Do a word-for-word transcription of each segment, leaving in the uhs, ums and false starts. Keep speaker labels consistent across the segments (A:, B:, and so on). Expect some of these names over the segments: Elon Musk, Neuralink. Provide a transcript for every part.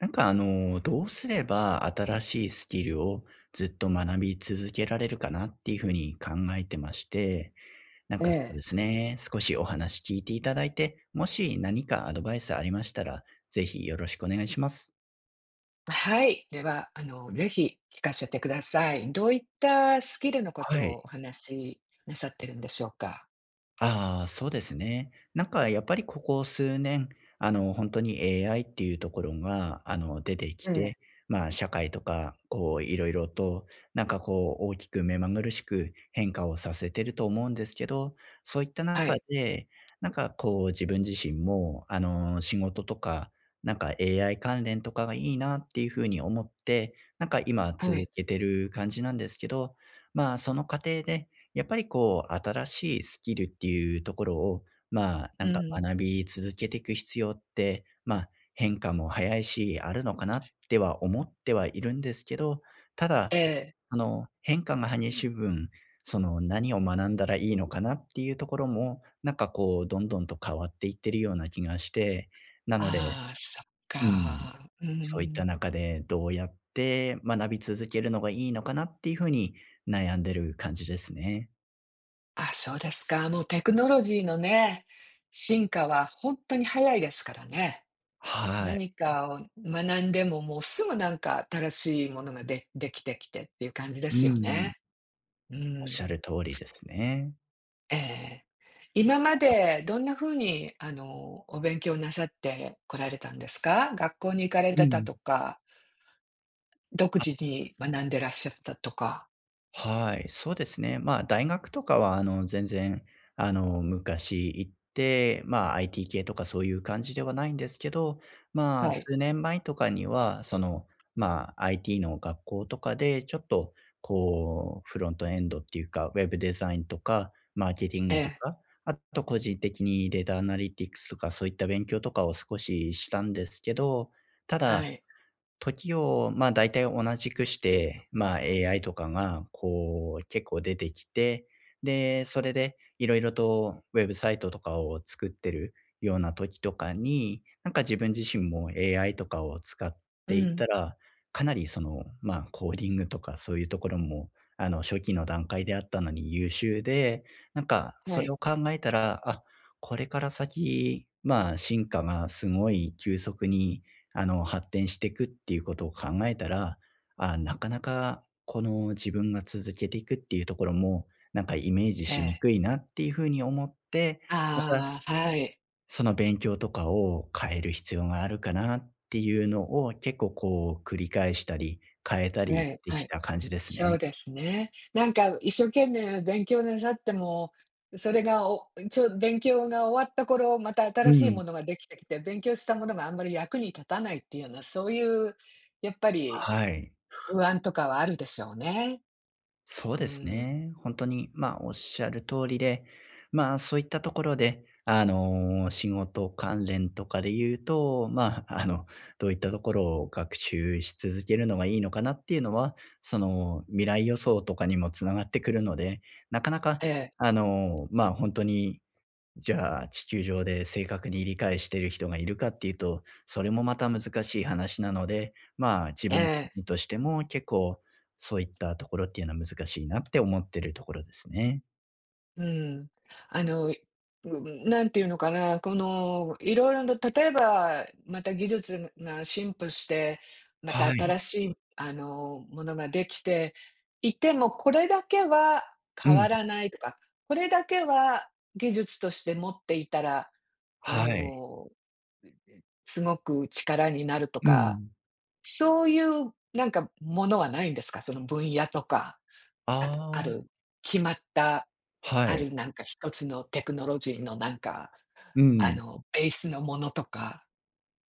A: なんかあの、どうすれば新しいスキルをずっと学び続けられるかなっていうふうに考えてまして、なん
B: え
A: かそう
B: え。
A: ですね、少しお話聞いていただいて、もし何かアドバイスありましたら、ぜひよろしくお願いします。
B: はい。では、あの、ぜひ聞かせてください。どういったスキルのこ
A: は
B: と
A: い。
B: をお話しなさってるんでしょうか？
A: ああ、そうですね。なんかやっぱりここ数年、あの、ほんに エーアイ っていうところが、あの、出てき
B: ええ。
A: て、まあ、社会とか、こう、いろいろと、なんかこう、大きく目まぐるしく変化をさせてると思うんですけど、そういった
B: は
A: 中
B: い。
A: で、なんかこう、自分自身も、あの、仕事とか、なんか エーアイ 関連とかがいいなっていうふうに思って、なんか今
B: は
A: 続
B: い。
A: けてる感じなんですけど、まあ、その過程でやっぱりこう、新しいスキルっていうところを、まあ、な
B: う
A: んか
B: ん。
A: 学び続けていく必要って、まあ、変化も早いし、あるのかなっては思ってはいるんですけど、た
B: え
A: だ、
B: え。
A: あの、変化が激しい分、その何を学んだらいいのかなっていうところも、なんかこう、どんどんと変わっていってるような気がして、なので、
B: ああ、そっ
A: うん、
B: か。う
A: そういった
B: ん。
A: 中でどうやって学び続けるのがいいのかなっていうふうに悩んでる感じですね。
B: あ、そうですか。もうテクノロジーのね、進化は本当に早いですからね。
A: はい。
B: 何かを学んでも、もうすぐなんか新しいものがでできてきてっていう感じで
A: う
B: すよ
A: ん。
B: ね。う
A: おっしゃ
B: ん。
A: る通りですね。
B: ええ。今までどんな風に、あの、お勉強なさってこられたんですか？学校に行かれ
A: う
B: てた
A: ん。
B: とか、独
A: あ、
B: 自に学んでらっしゃったとか。
A: はい、そうですね。まあ、大学とかは、あの、全然、あの、昔行って、まあ、アイティー 系とかそういう感じではないんですけど、ま
B: は
A: あ、
B: い。
A: 数年前とかには、その、まあ、アイティー の学校とかで、ちょっと、こう、フロントエンドっていうか、ウェブデザインとか、マーケティン
B: え
A: グと
B: え、
A: か、あと個人的にデータアナリティクスとか、そういった勉強とかを少ししたんですけど、た
B: は
A: だ
B: い。
A: 時を、まあ、大体同じくして、まあ、エーアイ とかが、こう、結構出てきて、で、それでいろいろとウェブサイトとかを作ってるような時とかに、なんか自分自身も エーアイ とかを使っ
B: う
A: ていっ
B: ん、
A: たら、かなりその、まあ、コーディングとかそういうところも、あの、初期の段階であったのに優秀で、なんか、
B: は
A: それ
B: い。
A: を考えたら、あ、これから先、まあ、進化がすごい急速にあの、発展していくっていうことを考えたら、あなかなかこの自分が続けていくっていうところも、なんかイメージ
B: え
A: しに
B: え。
A: くいなっていうふうに思って、また
B: ああ、はい。
A: その勉強とかを変える必要があるかなっていうのを結構こう繰り返したり、変えた
B: は
A: り
B: い、
A: で
B: は
A: き
B: い。
A: た感じです
B: そ
A: ね。
B: うですね。なんか一生懸命勉強なさっても、それがおちょ勉強が終わった頃、また
A: う
B: 新しい
A: ん。
B: ものができてきて、勉強したものがあんまり役に立たないっていうような、そういうやっぱり
A: はい。
B: 不安とかはあるでしょうね。
A: そう
B: う
A: です
B: ん。
A: ね。本当に、まあ、おっしゃる通りで、まあ、そういったところで、あの、仕事関連とかで言うと、まあ、あの、どういったところを学習し続けるのがいいのかなっていうのは、その、未来予想とかにもつながってくるので、なかなか、
B: ええ、
A: あの、まあ、本当にじゃあ、地球上で正確に理解している人がいるかっていうと、それもまた難しい話なので、まあ自
B: え
A: 分
B: え、
A: としても結構そういったところっていうのは難しいなって思ってるところですね。
B: うん。あの、うんなんていうのかな、この、いろいろな例えば、また技術が進歩して、また
A: はい。
B: 新しい、あの、ものができていても、これだけは
A: う
B: 変わ
A: ん。
B: らないとか、これだけは技術として持っていたら、あ
A: はい。
B: の、すごく力になると
A: う
B: か、
A: ん。
B: そういうなんかものはないんですか？その分野とか。
A: あ
B: あと、ある
A: あ、
B: 決まった、
A: は
B: あ
A: い。
B: るなんか一つのテクノロジーのなんか、
A: う
B: あ
A: ん。
B: の、ベースのものとか、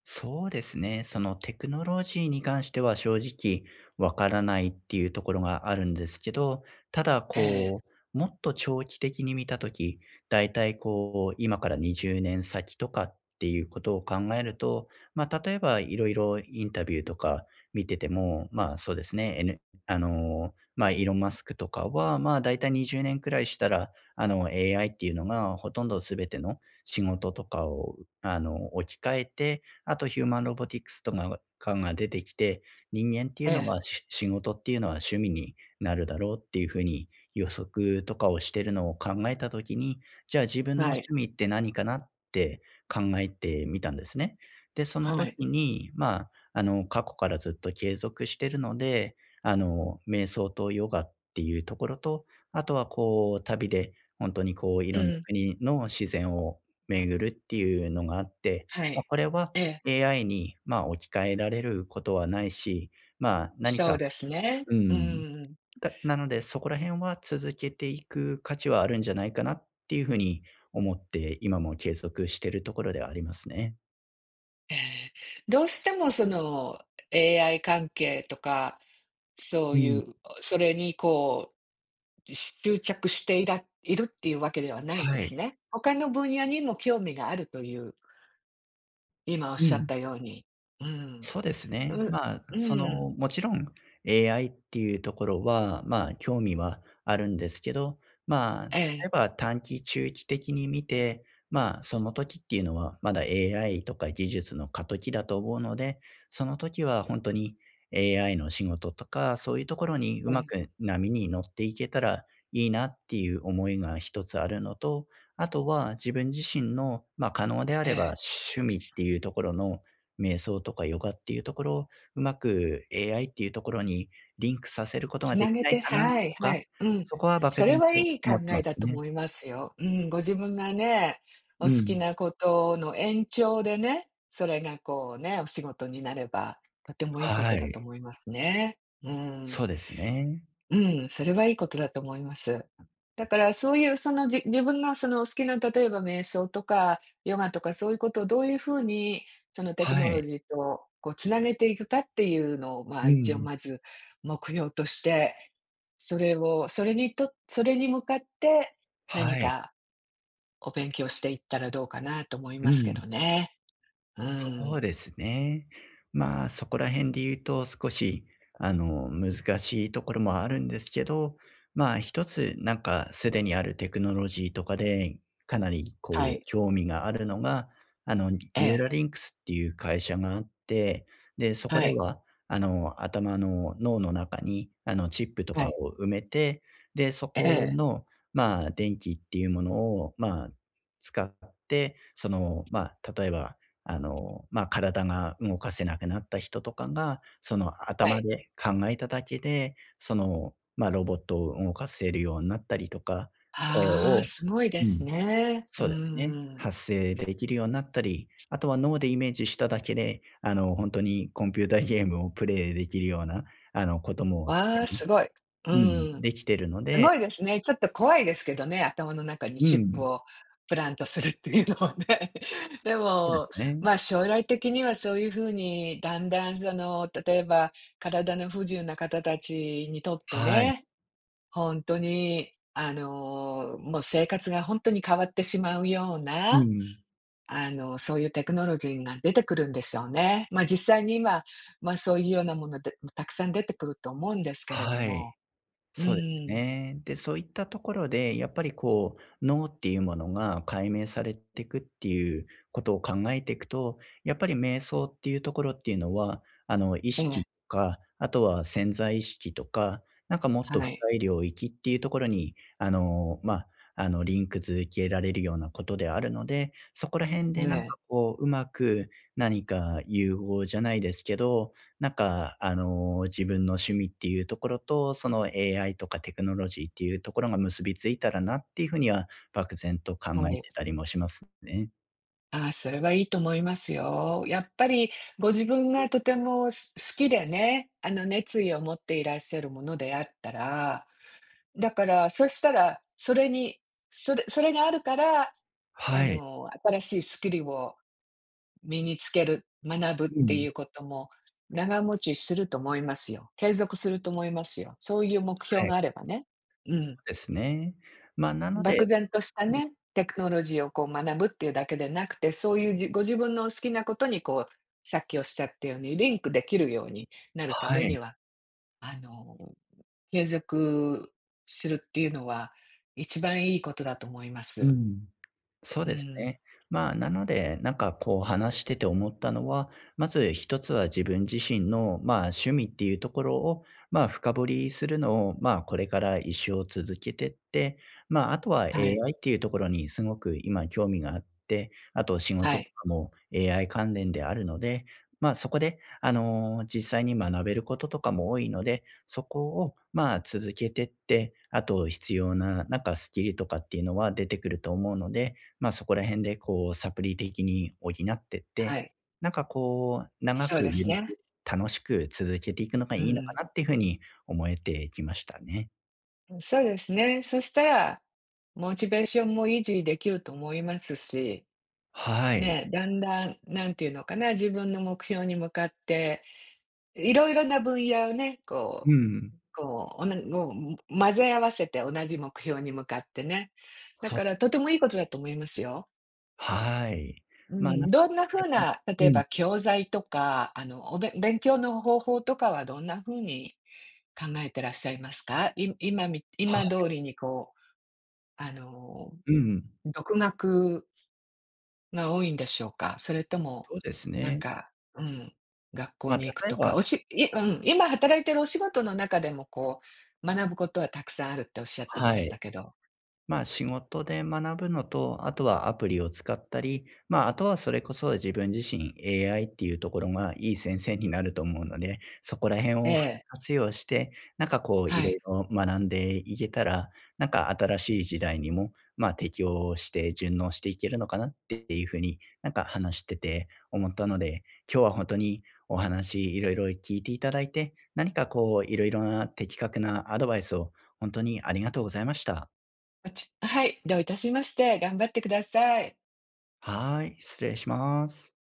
A: そうですね。そのテクノロジーに関しては正直わからないっていうところがあるんですけど、ただ
B: ええ、
A: こう、もっと長期的に見たとき、だいたいこう、今からにじゅうねん先とかっていうことを考えると、まあ、例えばいろいろインタビューとか見てても、まあそうですね、N、あの、まあイーロン・マスクとかは、まあだいたいにじゅうねんくらいしたら、あの エーアイ っていうのがほとんど全ての仕事とかをあの置き換えて、あとヒューマンロボティクスとかかが出てきて、人間ってい
B: え
A: うの
B: え、
A: は、し仕事っていうのは趣味になるだろうっていう風に予測とかをしてるのを考えた時に、じゃあ自分の
B: はい、
A: 趣味って何かなって考えてみたんですね。で、その
B: は
A: 時
B: い。
A: に、まあ、あの、過去からずっと継続してるので、あの、瞑想とヨガっていうところと、あとはこう旅で本当にこうい
B: う
A: ろんな
B: ん、
A: 国の自然を巡るっていうのがあって、
B: は
A: ま、
B: い。
A: これは
B: ええ、
A: エーアイ に、まあ、置き換えられることはないし、まあ、何
B: そう
A: か
B: ですね。
A: う
B: う
A: ん、
B: ん。
A: だなので、そこら辺は続けていく価値はあるんじゃないかなっていう風に思って、今も継続しているところではありますね。
B: ええ、どうしてもその エーアイ 関係とか、そ
A: う
B: うい
A: ん、
B: う、それにこう、執着していらいるっていうわけではないん
A: は
B: で
A: い。
B: すね。他の分野にも興味があるという、今おっ
A: う
B: しゃっ
A: ん。
B: たように。うん。
A: そうです
B: う
A: ね。
B: ん、
A: まあ、
B: う
A: その、
B: ん。
A: もちろん エーアイ っていうところは、まあ、興味はあるんですけど、まあ、例
B: ええ、
A: えば短期、中期的に見て、まあ、その時っていうのは、まだ エーアイ とか技術の過渡期だと思うので、その時は本当に エーアイ の仕事とか、そういうところにう
B: う
A: ま
B: ん、
A: く波に乗っていけたらいいなっていう思いが一つあるのと、あとは自分自身の、まあ、可能であ
B: え
A: れば
B: え。
A: 趣味っていうところの瞑想とかヨガっていうところを、うまく エーアイ っていうところにリンクさせること
B: つ
A: がで
B: な
A: き
B: げ
A: な
B: て
A: いかな
B: はい、
A: と
B: は
A: か、
B: い、うん。
A: そこは漠
B: それ
A: 然
B: は
A: と
B: いい考
A: 思って
B: え
A: ます
B: だと
A: ね。
B: 思いますよ。うん、ご自分がね、お
A: う
B: 好き
A: ん。
B: なことの延長でね、それがこうね、お仕事になれば、とてもいいこ
A: は
B: とだ
A: い。
B: と思いますね。うん。
A: そうですね。
B: うん、それはいいことだと思います。だからそういうそのじ自分がその好きな例えば瞑想とかヨガとかそういうことをどういうふうにそのテク
A: は
B: ノロ
A: い。
B: ジーとこうつなげていくかっていうのをま
A: う
B: あ一応
A: ん。
B: まず目標として、それをそれにとそれに向かって何
A: はい。
B: かお勉強していったらどうかなと思い
A: う
B: ますけ
A: ん。
B: どね。う
A: そ
B: ん。
A: うですね。まあ、そこら辺で言うと少し、あの、難しいところもあるんですけど、まあ、一つなんかすでにあるテクノロジーとかで、かなり
B: は
A: こう
B: い。
A: 興味があるのが、あの、ニ
B: え
A: ュー
B: え。
A: ラリンクスっていう会社があって、で、そこ
B: は
A: で
B: い。
A: は、あの、頭の脳の中に、あの、チップと
B: は
A: か
B: い。
A: を埋めて、で、そ
B: え
A: こ
B: え。
A: の、まあ、電気っていうものを、まあ、使って、その、まあ、例えばあの、まあ、体が動かせなくなった人とかが、その
B: は
A: 頭
B: い。
A: で考えただけで、その、まあ、ロボットを動かせるようになったりとか、声
B: ああ、
A: を
B: すごいで
A: う
B: す
A: ん、
B: ね。う
A: そうですね。
B: ん。
A: 発声できるようになったり、あとは脳でイメージしただけで、あの、本当にコンピューターゲームをプレイできるような、あの、こともすで
B: わあ、
A: に
B: すごい。う
A: うん、
B: ん。
A: できてるの
B: すご
A: で
B: いですね。ちょっと怖いですけどね、頭の中に
A: う
B: チップ
A: ん、
B: をプラントするっていうのはね。で
A: そうで
B: も、
A: すね。
B: ま、将来的にはそういう風にだんだんその、例えば体の不自由な方たちにとって
A: はい。
B: ね、本当にあの、もう生活が本当に変わってしまうよう
A: う
B: な、
A: ん。
B: あの、そういうテクノロジーが出てくるんでしょうね。ま、実際に今、ま、そういうようなもので、たくさん出てくると思うんですけれど
A: は
B: も。
A: い。
B: う
A: そうです
B: ーん、
A: ね。で、そういったところで、やっぱりこう、脳っていうものが解明されていくっていうことを考えていくと、やっぱり瞑想っていうところっていうのは、あの、意
B: ええ、
A: 識とか、あとは潜在意識とか、なんかもっと
B: は
A: 深
B: い、
A: い領域っていうところに、あの、まあ、あの、リンク付けられるようなことであるので、そこら辺で
B: え
A: なんか
B: え、
A: こう、うまく何か融合じゃないですけど、なんか、あの、自分の趣味っていうところと、その エーアイ とかテクノロジーっていうところが結びついたらなっていうふうには、漠然と考
B: は
A: え
B: い。
A: てたりもしますね。
B: ああ、それはいいと思いますよ。やっぱりご自分がとてもす好きでね、あの、熱意を持っていらっしゃるものであったら、だからそしたら、それに、それそれがあるから、あ
A: はい。
B: の、新しいスキルを身につける、学ぶっ
A: う
B: てい
A: ん、
B: うことも長持ちすると思いますよ。継続すると思いますよ。そういう目標
A: はい、
B: があればね。う
A: そ
B: ん。
A: うですね。ま、あなの
B: 漠
A: で
B: 然としたね、テクノロジーをこう学ぶっていうだけでなくて、そういうじご自分の好きなことにこう、さっきおっしゃったように、リンクできるようになるた
A: は
B: めに
A: い、
B: は、あの、継続するっていうのは、一番いいことだと思いま
A: う
B: す。
A: ん。そう
B: う
A: です
B: ん。
A: ね。まあ、なので、なんかこう話してて思ったのは、まず一つは自分自身の、まあ、趣味っていうところを、まあ、深掘りするのを、まあ、これから一生続けてって、まあ、あとは
B: はい。
A: エーアイ っていうところにすごく今興味があって、あと仕
B: は
A: 事と
B: い。
A: かも エーアイ 関連であるので、まあ、そこで、あのー実際に学べることとかも多いので、そこを、まあ、続けてって、あと必要な、なんかスキルとかっていうのは出てくると思うので、まあ、そこら辺でこうサプリ的に補ってっ
B: は
A: て、
B: い。
A: なんかこう、長
B: そう
A: く
B: で
A: ゆ
B: す
A: る
B: ね。
A: く楽しく続けていくのが
B: う
A: いいのか
B: ん。
A: なっていうふうに思えてきましたね。
B: そうですね。そしたら、モチベーションも維持できると思いますし、
A: はい。
B: ね、だんだん、なんていうのかな、自分の目標に向かっていろいろな分野をね、
A: う
B: こ
A: ん。
B: うこう、おなもう混ぜ合わせて同じ目標に向かってね。だ
A: そう
B: か
A: で
B: らとて
A: すね。
B: もいいことだと思いますよ。
A: はい。
B: う
A: まあ、な
B: ん、
A: んか
B: どん
A: そうい
B: な
A: った
B: 風
A: 感じ
B: な、例
A: う
B: え
A: ん。
B: ば教材とか、あの、おべ勉強の方法とかはどんな風に考えてらっしゃいますか？い今み今
A: は
B: 通りにこう、あの、
A: い。うん。
B: 独学が多いんでしょうか？それとも、
A: そうです
B: なん
A: ね。
B: か、うん、学校
A: まあ、
B: に行く
A: 例え
B: とか、
A: ば
B: おしいうん、今働いてるお仕事の中でもこう、学ぶことはたくさんあるっておっしゃってま
A: は
B: した
A: い。
B: けど。
A: まあ、仕事で学ぶのと、あとはアプリを使ったり、まあ、あとはそれこそ自分自身 エーアイ っていうところがいい先生になると思うので、そこら辺
B: え
A: をフル
B: え、
A: 活用して、なんかこうい
B: は
A: ろ
B: い。
A: いろ学んでいけたら、なんか新しい時代にも、まあ、適応して順応していけるのかなっていうふうになんか話してて思ったので、今日は本当にお話いろいろ聞いていただいて、何かこういろいろな的確なアドバイスを本当にありがとうございました。
B: ま、ちはい、どういたしまして、頑張ってください。
A: はーい、失礼します。